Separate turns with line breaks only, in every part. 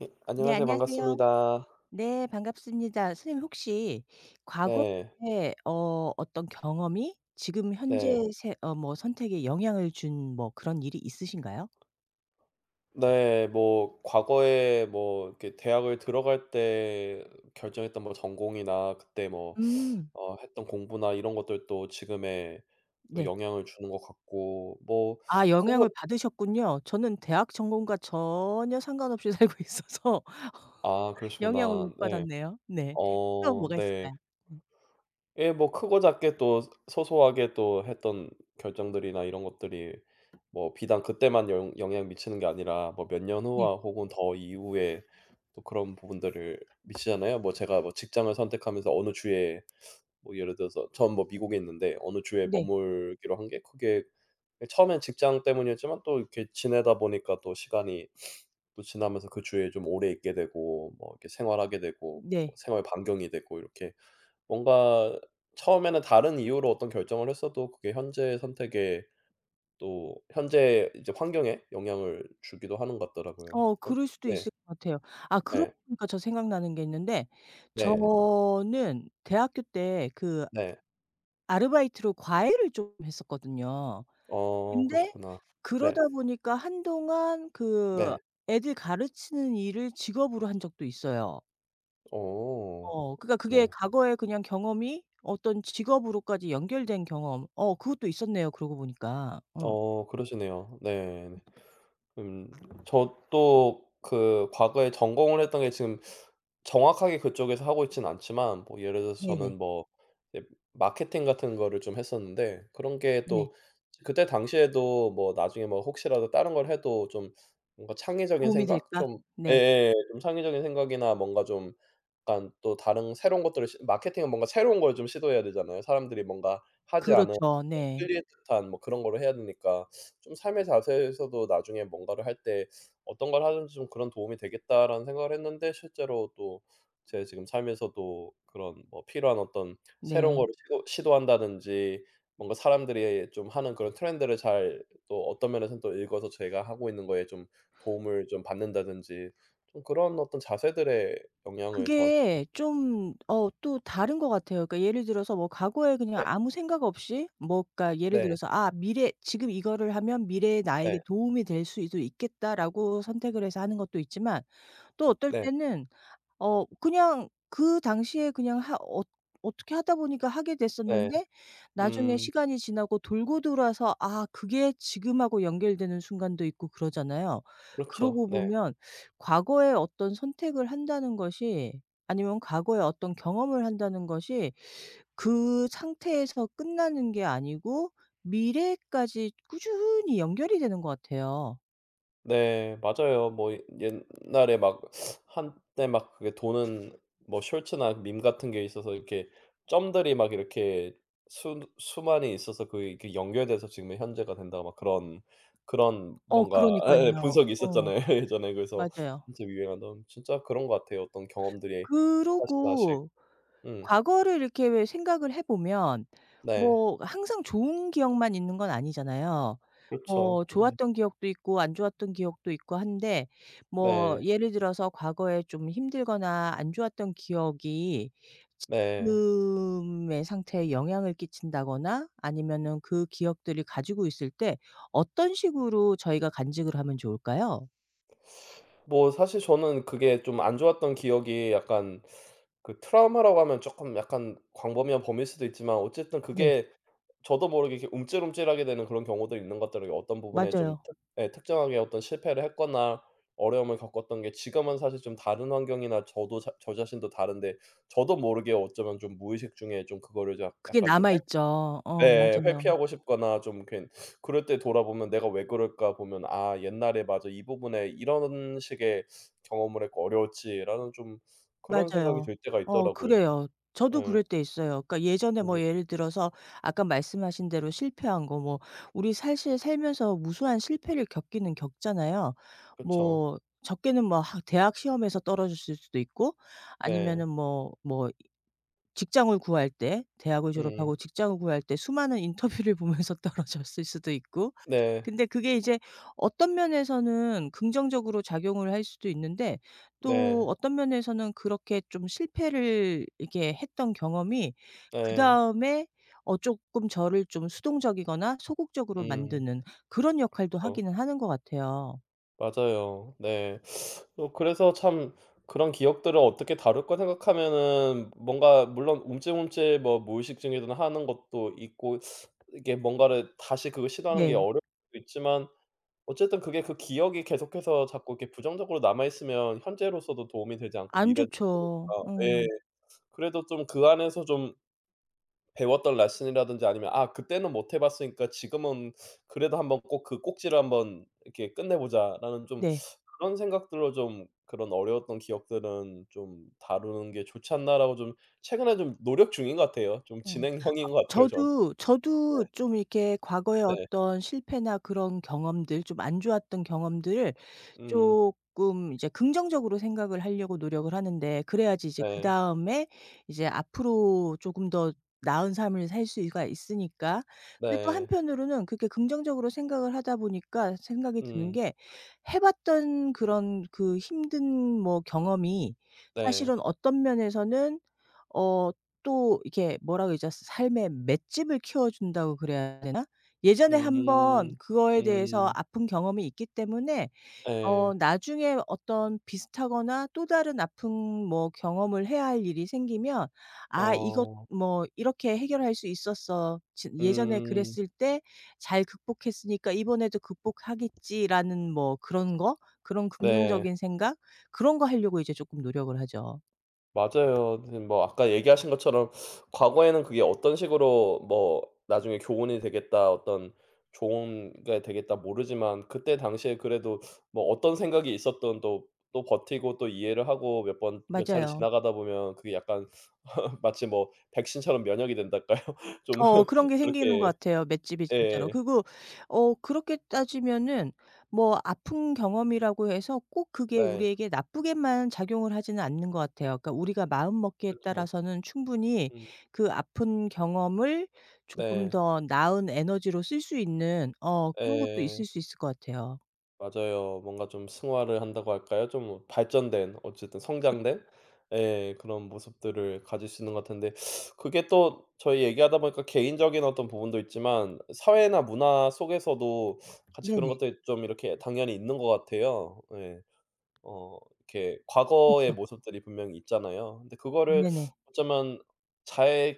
예.
네,
안녕하세요.
안녕하세요.
반갑습니다.
네, 반갑습니다. 선생님 혹시
네.
과거에 어떤 경험이 지금 현재
네.
세 어 뭐 선택에 영향을 준 뭐 그런 일이 있으신가요?
네. 뭐 과거에 뭐 이렇게 대학을 들어갈 때 결정했던 뭐 전공이나 그때 뭐
음.
했던 공부나 이런 것들도 지금에 또
네.
영향을 주는 것 같고 뭐
아,
그거
영향을 받으셨군요. 저는 대학 전공과 전혀 상관없이 살고 있어서
아
영향을
그러시구나.
못
네.
받았네요. 네. 또
어
뭐가
네.
있을까요? 네.
예 뭐 크고 작게 또 소소하게 또 했던 결정들이나 이런 것들이 뭐 비단 그때만 영 영향 미치는 게 아니라 뭐 몇 년
네.
후와 혹은 더 이후에 또 그런 부분들을 미치잖아요. 뭐 제가 뭐 직장을 선택하면서 어느 주에 뭐 예를 들어서 전 뭐 미국에 있는데 어느 주에
네.
머물기로 한 게 그게 처음엔 직장 때문이었지만 또 이렇게 지내다 보니까 또 시간이 또 지나면서 그 주에 좀 오래 있게 되고 뭐 이렇게 생활하게 되고 뭐
네.
생활 반경이 되고 이렇게 뭔가 처음에는 다른 이유로 어떤 결정을 했어도 그게 현재의 선택에 또 현재 이제 환경에 영향을 주기도 하는 것 같더라고요.
어,
어
그럴 수도
네.
있을 것 같아요. 아, 그러고
네.
보니까 저 생각나는 게 있는데
네.
저는 대학교 때 그
네.
아르바이트로 과외를 좀 했었거든요.
어
근데
그러셨구나. 네.
그러다 보니까 한동안 그
네.
애들 가르치는 일을 직업으로 한 적도 있어요.
어.
어 그러니까 그게
네.
과거에 그냥 경험이 어떤 직업으로까지 연결된 경험, 어 그것도 있었네요 그러고 보니까. 어.
어 그러시네요. 네. 네. 음 저도 그 과거에 전공을 했던 게 지금 정확하게 그쪽에서 하고 있진 않지만 뭐 예를 들어서
네네.
저는 뭐 이제 마케팅 같은 거를 좀 했었는데 그런 게
네.
또 그때 당시에도 뭐 나중에 뭐 혹시라도 다른 걸 해도 좀 뭔가 창의적인
도움이
생각?
될까?
좀
네.
예예. 좀 창의적인 생각이나 뭔가 좀 약간 또 다른 새로운 것들을 시 마케팅은 뭔가 새로운 걸 좀 시도해야 되잖아요. 사람들이 뭔가 하지 않은
그렇죠. 네.
끌릴 듯한 뭐 그런 거를 해야 되니까 좀 삶의 자세에서도 나중에 뭔가를 할 때 '어떤 걸 하든지 좀 그런 도움이 되겠다.'라는 생각을 했는데 실제로 또 제 지금 삶에서도 그런 뭐 필요한 어떤 새로운
네.
거를 시도한다든지 뭔가 사람들이 좀 하는 그런 트렌드를 잘 또 어떤 면에서는 또 읽어서 제가 하고 있는 거에 좀 도움을 좀 받는다든지 좀 그런 어떤 자세들의 영향을 저한
그게 좀 어 또 다른 것 같아요. 그러니까 예를 들어서 뭐 과거에
네.
그냥 아무 생각 없이 뭐, 그러니까 예를
네.
들어서 '아, 미래 지금 이거를 하면 미래의
네.
나에게 도움이 될 수도 있겠다.'라고 선택을 해서 하는 것도 있지만 또 어떨
네.
때는 어 그냥 그 당시에 그냥 하 어 어떻게 하다 보니까 하게
네.
됐었는데 나중에
음.
시간이 지나고 돌고 돌아서 아 그게 지금하고 연결되는 순간도 있고 그러잖아요.
그렇죠.
그러고
네.
보면 과거에 어떤 선택을 한다는 것이, 아니면 과거에 어떤 경험을 한다는 것이 그 상태에서 끝나는 게 아니고 미래까지 꾸준히 연결이 되는 것 같아요.
네. 맞아요. 뭐 예 옛날에 막 한때 막 그게 도는 뭐 쇼츠나 밈 같은 게 있어서 이렇게 점들이 막 이렇게 수 수만이 있어서 그게 이렇게 연결돼서 지금의 현재가 된다 막 그런 그런
어
뭔가 예예
그러니깐요.
분석이
어
있었잖아요 예전에. 그래서
맞아요.
한참 유행하던 진짜 그런 것 같아요. 어떤 경험들이 하나씩 하나씩.
그러고
음.
과거를 이렇게 왜 생각을 해 보면
네.
뭐 항상 좋은 기억만 있는 건 아니잖아요. 뭐
그렇죠. 음.
좋았던 기억도 있고 안 좋았던 기억도 있고 한데 뭐
네.
예를 들어서 과거에 좀 힘들거나 안 좋았던 기억이
네.
지금의 상태에 영향을 끼친다거나 아니면은 그 기억들이 가지고 있을 때 어떤 식으로 저희가 간직을 하면 좋을까요?
뭐 사실 저는 그게 좀 안 좋았던 기억이 약간 그 트라우마라고 하면 쪼끔 약간 광범위한 범위일 수도 있지만 어쨌든
네.
그게 저도 모르게 이렇게 움찔움찔하게 되는 그런 경우도 있는 것들에 어떤 부분에 좀
맞아요.
특 예 특정하게 어떤 실패를 했거나 어려움을 겪었던 게 지금은 사실 좀 다른 환경이나 저도 자 저 자신도 다른데 저도 모르게 어쩌면 좀 무의식 중에 좀 그거를 자
그게
약간 좀
남아 있죠. 어
예.
맞아요.
회피하고 싶거나 좀 괜 그럴 때 돌아보면 '내가 왜 그럴까?' 보면 '아 옛날에 맞아. 이 부분에 이런 식의 경험을 했고 어려웠지.'라는 좀 그런 생각이
맞아요.
들 때가
어
있더라고요.
그래요. 저도
예.
그럴 때 있어요. 그러니까 예전에
음.
뭐 예를 들어서 아까 말씀하신 대로 실패한 거 뭐, 우리 사실 살면서 무수한 실패를 겪기는 겪잖아요.
그쵸.
뭐 적게는 뭐 학 대학 시험에서 떨어졌을 수도 있고
네.
아니면은 뭐뭐 직장을 구할 때, 대학을
음.
졸업하고 직장을 구할 때 수많은 인터뷰를 보면서 떨어졌을 수도 있고,
네.
근데 그게 이제 어떤 면에서는 긍정적으로 작용을 할 수도 있는데
네.
또 어떤 면에서는 그렇게 좀 실패를 이렇게 했던 경험이
네.
그다음에 어 조금 저를 좀 수동적이거나 소극적으로
음.
만드는 그런 역할도
그쵸.
하기는 하는 것 같아요.
맞아요. 네. 그래서 참 그런 기억들을 어떻게 다룰까 생각하면은 뭔가 물론 움찔움찔 뭐 무의식중에도 하는 것도 있고 이게 뭔가를 다시 그걸 시도하는 게
네.
어려울 수도 있지만 어쨌든 그게 그 기억이 계속해서 자꾸 이렇게 부정적으로 남아 있으면 현재로서도 도움이 되지 않고
안
미래도
좋죠. 어.
그러니까 예. 그래도 좀 그 안에서 좀 배웠던 레슨이라든지 아니면 '아 그때는 못해 봤으니까 지금은 그래도 한번 꼭 그 꼭지를 한번 이렇게 끝내 보자.'라는 좀
네.
그런 생각들로 좀 그런 어려웠던 기억들은 좀 다루는 게 좋지 않나라고 좀 최근에 좀 노력 중인 것 같아요. 좀
어.
진행형인 것 같아요 저는
저도
네.
저도 좀 이렇게 과거의
네.
어떤 실패나 그런 경험들, 좀 안 좋았던 경험들을
음.
쪼끔 이제 긍정적으로 생각을 하려고 노력을 하는데, 그래야지 이제
네.
그다음에 이제 앞으로 조금 더 나은 삶을 살 수가 있으니까. 근데 또
네.
한편으로는 그렇게 긍정적으로 생각을 하다 보니까 생각이 드는
음.
게, 해 봤던 그런 그 힘든 뭐 경험이
네.
사실은 어떤 면에서는 어 또 이게 뭐라 그러죠? 삶의 맷집을 키워준다고 그래야 되나? 예전에 한번
음.
그거에 대해서
음.
아픈 경험이 있기 때문에
예.
어 나중에 어떤 비슷하거나 또 다른 아픈 뭐 경험을 해야 할 일이 생기면 '아 이것
어.
뭐 이렇게 해결할 수 있었어. 지 예전에
음.
그랬을 때 잘 극복했으니까 이번에도 극복하겠지.'라는 뭐 그런 거? 그런
네.
긍정적인 생각? 그런 거 하려고 이제 쪼끔 노력을 하죠.
맞아요. 근데 뭐 아까 얘기하신 것처럼 과거에는 그게 어떤 식으로 뭐 '나중에 교훈이 되겠다. 어떤 좋은 게 되겠다.' 모르지만 그때 당시에 그래도 뭐 어떤 생각이 있었던 또 또 버티고 또 이해를 하고 몇 번 몇 차례
맞아요.
지나가다 보면 그게 약간 마치 뭐 백신처럼 면역이 된달까요? 좀
어 그런 게 생기는 것
그렇게
같아요 맷집이 진짜로.
예.
그리고 어 그렇게 따지면은 뭐 아픈 경험이라고 해서 꼭 그게
네.
우리에게 나쁘게만 작용을 하지는 않는 것 같아요. 그러니까 우리가 마음먹기에
그렇죠.
따라서는 충분히
음.
그 아픈 경험을 조금
네.
더 나은 에너지로 쓸 수 있는, 어 그런 것도
예.
있을 수 있을 것 같아요.
맞아요. 뭔가 좀 승화를 한다고 할까요? 좀 발전된 어쨌든 성장된 예 그런 모습들을 가질 수 있는 것 같은데 그게 또 저희 얘기하다 보니까 개인적인 어떤 부분도 있지만 사회나 문화 속에서도 같이 그런
네네.
것들이 좀 이렇게 당연히 있는 것 같아요. 예. 어 이렇게 과거의
그렇죠.
모습들이 분명히 있잖아요. 근데 그거를
네네.
어쩌면 잘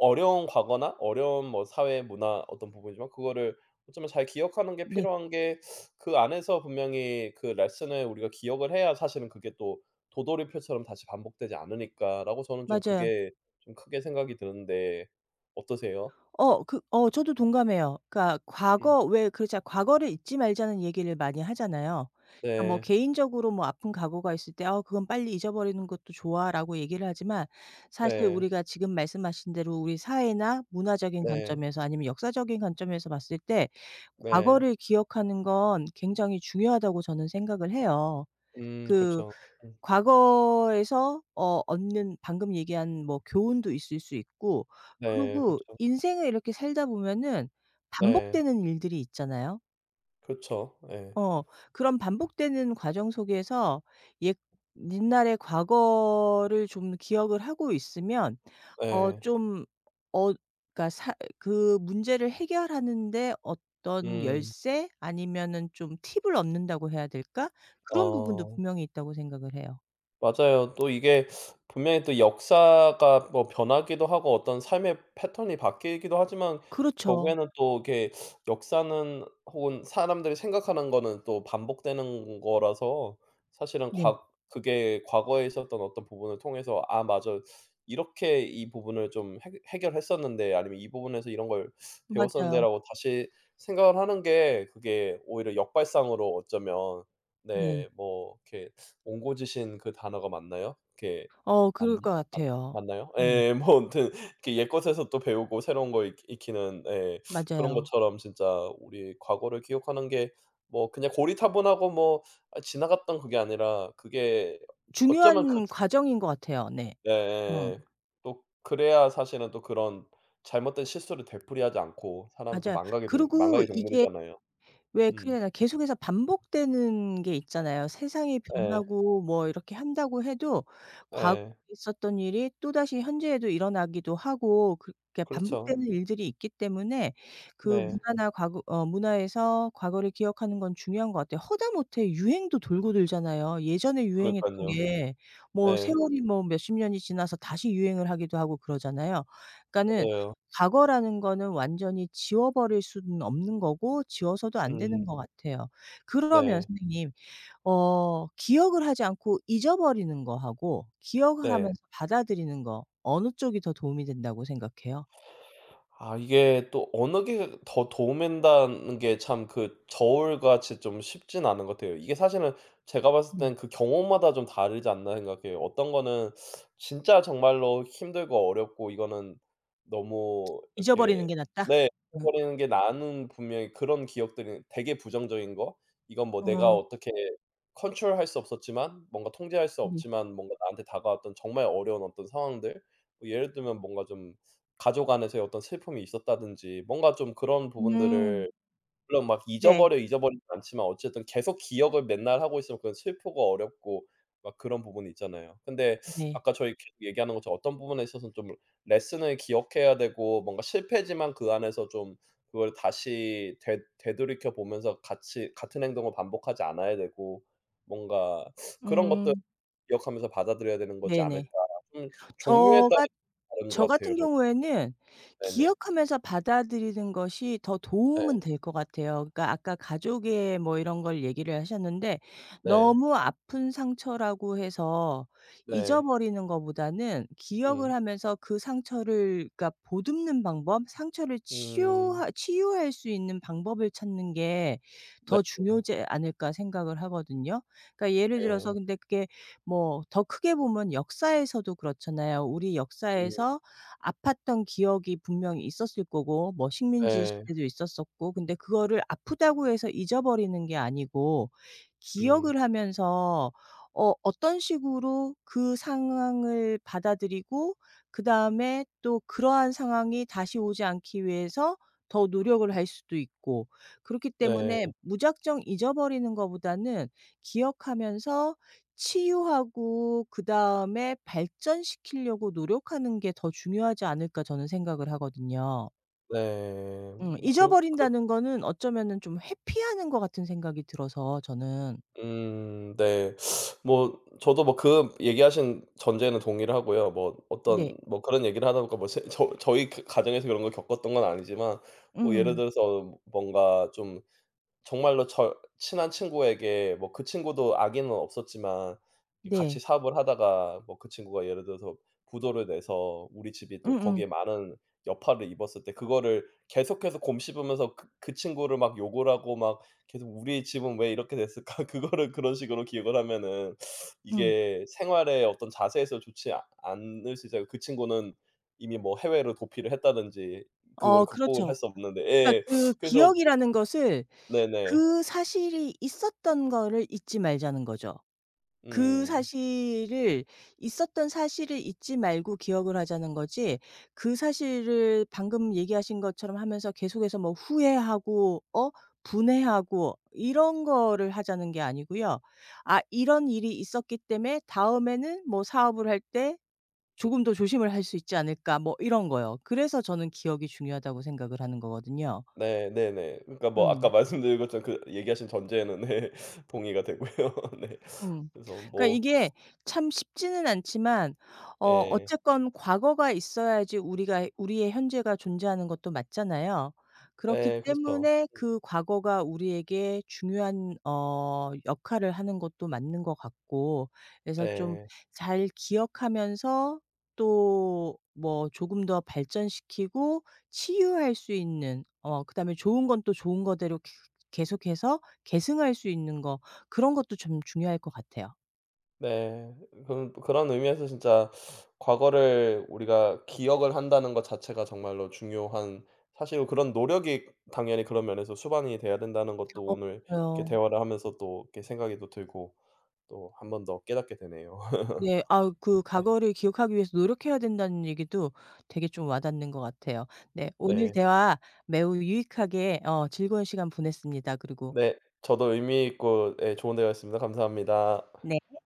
어려운 과거나 어려운 뭐 사회 문화 어떤 부분이지만 그거를 어쩌면 잘 기억하는 게
네.
필요한 게 그 안에서 분명히 그 레슨을 우리가 기억을 해야 사실은 그게 또 '도돌이표처럼 다시 반복되지 않으니까.'라고 저는 좀
맞아요.
그게 좀 크게 생각이 드는데 어떠세요?
어 그 어 저도 동감해요. 그러니까
음.
과거 왜 그렇죠, 과거를 잊지 말자는 얘기를 많이 하잖아요. 그러니까 뭐
네.
개인적으로 뭐 아픈 과거가 있을 때 어 그건 빨리 잊어버리는 것도 좋아."라고 얘기를 하지만 사실
네.
우리가 지금 말씀하신 대로 우리 사회나 문화적인
네.
관점에서, 아니면 역사적인 관점에서 봤을 때
네.
과거를 기억하는 건 굉장히 중요하다고 저는 생각을 해요. 그
그렇죠. 음.
과거에서 어 얻는, 방금 얘기한 뭐 교훈도 있을 수 있고,
네.
그리고
그렇죠.
인생을 이렇게 살다 보면은
네.
반복되는 일들이 있잖아요.
그렇죠. 예.
어 그런 반복되는 과정 속에서 옛 옛날의 과거를 좀 기억을 하고 있으면 어
네,
좀 어 그러니까 사 그 문제를 해결하는 데 어떤
음.
열쇠 아니면은 좀 팁을 얻는다고 해야 될까? 그런 부분도
아.
분명히 있다고 생각을 해요.
맞아요. 또 이게 분명히 또 역사가 뭐 변하기도 하고 어떤 삶의 패턴이 바뀌기도 하지만
그렇죠.
결국에는 또 이렇게 역사는 혹은 사람들이 생각하는 거는 또 반복되는 거라서 사실은
네.
과 그게 과거에 있었던 어떤 부분을 통해서 '아 맞아. 이렇게 이 부분을 좀 해 해결했었는데.' 아니면 '이 부분에서 이런 걸
맞아요.
배웠었는데.'라고 다시 생각을 하는 게 그게 오히려 역발상으로 어쩌면 네
네.
뭐 이렇게 옹고지신 그 단어가 맞나요? 그게
어 그럴
맞나?
것
맞
같아요.
맞나요?
음
예. 뭐 아무튼 게 옛것에서 또 배우고 새로운 거 익 익히는 예 그런
맞아요.
것처럼 진짜 우리 과거를 기억하는 게 뭐 그냥 고리타분하고 뭐 아 지나갔던 그게 아니라 그게 어쩌면 그
중요한 과정인 것 같아요. 네. 어
예예. 또 그래야 사실은 또 그런 잘못된 실수를 되풀이하지 않고 사람은 또
맞아요.
망각의 동
그리고
망각의
이게
동물이잖아요.
왜
음.
그게 계속해서 반복되는 게 있잖아요. 세상이
예.
변하고 뭐 이렇게 한다고 해도 과거에
예.
있었던 일이 또다시 현재에도 일어나기도 하고 그렇게
그렇죠.
반복되는 일들이 있기 때문에 그
네.
문화나 과거 어 문화에서 과거를 기억하는 건 중요한 것 같아요. 허다못해 유행도 돌고 돌잖아요. 예전에 유행했던
그러니깐요.
게 뭐
예.
세월이 뭐 몇십 년이 지나서 다시 유행을 하기도 하고 그러잖아요. 그러니까는
맞아요.
과거라는 거는 완전히 지워버릴 수는 없는 거고 지워서도 안
음.
되는 것 같아요. 그러면
네.
선생님 어 기억을 하지 않고 잊어버리는 거하고 기억을
네.
하면서 받아들이는 거 어느 쪽이 더 도움이 된다고 생각해요?
아 이게 또 어느 게 더 도움된다는 게 참 그 저울같이 좀 쉽진 않은 것 같아요. 이게 사실은 제가 봤을
네.
땐 그 경우마다 좀 다르지 않나 생각해요. 어떤 거는 진짜 정말로 힘들고 어렵고 이거는 너무 이렇게
잊어버리는 게 낫다?
네
네.
버리는 게 나는 분명히 그런 기억들이 되게 부정적인 거 이건 뭐 내가
어.
어떻게 컨트롤할 수 없었지만 뭔가 통제할 수
네.
없지만 뭔가 나한테 다가왔던 정말 어려운 어떤 상황들 뭐 예를 들면 뭔가 좀 가족 안에서의 어떤 슬픔이 있었다든지 뭔가 좀 그런
음.
부분들을 물론 막
네.
잊어버려 잊어버리진 않지만 어쨌든 계속 기억을 맨날 하고 있으면 그건 슬프고 어렵고 막 그런 부분이 있잖아요. 근데
네.
아까 저희 계속 얘기하는 것처럼 어떤 부분에 있어서는 좀 레슨을 기억해야 되고 뭔가 실패지만 그 안에서 좀 그걸 다시 되 되돌이켜 보면서 같이 같은 행동을 반복하지 않아야 되고 뭔가 그런 것들
음.
기억하면서 받아들여야 되는 거지 않을까.
네네.
좀 종류에 따라
저가
다른 것
저
같아요
같은 경우에는
저 네네.
기억하면서 받아들이는 것이 더
네.
도움은 될 것 같아요. 그러니까 아까 가족의 뭐 이런 걸 얘기를 하셨는데
네.
너무 아픈 상처라고 해서
네.
잊어버리는 것보다는 기억을
음.
하면서 그 상처를 그러니까 보듬는 방법, 상처를
음.
치유할 수 있는 방법을 찾는 게
네.
더 중요하지 않을까 생각을 하거든요. 그러니까 예를 들어서
네.
근데 그게 뭐 더 크게 보면 역사에서도 그렇잖아요. 우리
음.
역사에서 아팠던 기억이 분명히 있었을 거고 뭐 식민지
네.
시대도 있었었고 근데 그거를 아프다고 해서 잊어버리는 게 아니고
음.
기억을 하면서 어 어떤 식으로 그 상황을 받아들이고 그다음에 또 그러한 상황이 다시 오지 않기 위해서 더 노력을 할 수도 있고, 그렇기 때문에
네.
무작정 잊어버리는 것보다는 기억하면서 치유하고 그다음에 발전시키려고 노력하는 게 더 중요하지 않을까 저는 생각을 하거든요.
네. 그그
잊어버린다는 거는 어쩌면은 좀 회피하는 것 같은 생각이 들어서 저는.
음. 네. 뭐 저도 뭐 그 얘기하신 전제는 동의를 하고요. 뭐
네.
어떤 뭐 그런 얘기를 하다 보니까 뭐 제 저희 그 가정에서 그런 걸 겪었던 건 아니지만 뭐 예를
음.
들어서 뭔가 좀 정말로 저 친한 친구에게 뭐 그 친구도 악의는 없었지만 같이
네.
사업을 하다가 뭐 그 친구가 예를 들어서 부도를 내서 우리 집이 또
음음. 음.
거기에 많은 여파를 입었을 때 그거를 계속해서 곰씹으면서 그 친구를 막 욕을 하고 막 계속 '우리 집은 왜 이렇게 됐을까?' 그거를 그런 식으로 기억을 하면은
음.
이게 생활의 어떤 자세에서 좋지 않을 수 있어요. 그 친구는 이미 뭐 해외로 도피를 했다든지 그거를
어
극복을 할
그렇죠.
수 없는데
그러니까
예.
그
그래서
기억이라는 것을,
네네.
그 사실이 있었던 거를 잊지 말자는 거죠. 그
음.
사실을, 있었던 사실을 잊지 말고 기억을 하자는 거지 그 사실을 방금 얘기하신 것처럼 하면서 계속해서 뭐 후회하고 어 분해하고 이런 거를 하자는 게 아니고요. 아 이런 일이 있었기 때문에 다음에는 뭐 사업을 할 때 조금 더 조심을 할 수 있지 않을까 뭐 이런 거요. 그래서 저는 기억이 중요하다고 생각을 하는 거거든요.
네 네네. 그러니까 뭐 아까
음.
말씀드린 것처럼 그 얘기하신 전제에는 네 동의가 되고요. 네.
음.
그래서
그러니까
뭐
이게 참 쉽지는 않지만 어
예.
어쨌건 과거가 있어야지 우리가 우리의 현재가 존재하는 것도 맞잖아요. 그렇기
네 그렇죠.
때문에 그 과거가 우리에게 중요한 어 역할을 하는 것도 맞는 것 같고 그래서 좀
네.
잘 기억하면서 또 뭐 조금 더 발전시키고 치유할 수 있는, 어 그다음에 좋은 건 또 좋은 거대로 계 계속해서 계승할 수 있는 거, 그런 것도 좀 중요할 것 같아요.
네. 그런 그런 의미에서 진짜 과거를 우리가 기억을 한다는 것 자체가 정말로 중요한 사실 그런 노력이 당연히 그런 면에서 수반이 돼야 된다는 것도
어
오늘 이렇게
맞아요.
대화를 하면서 또 이렇게 생각이 또 들고 또 한 번 더 깨닫게 되네요.
네. 아 그 과거를 기억하기 위해서 노력해야 된다는 얘기도 되게 좀 와닿는 것 같아요. 네. 오늘
네.
대화 매우 유익하게 어 즐거운 시간 보냈습니다. 그리고
네. 저도 의미 있고 예 좋은 대화였습니다. 감사합니다.
네.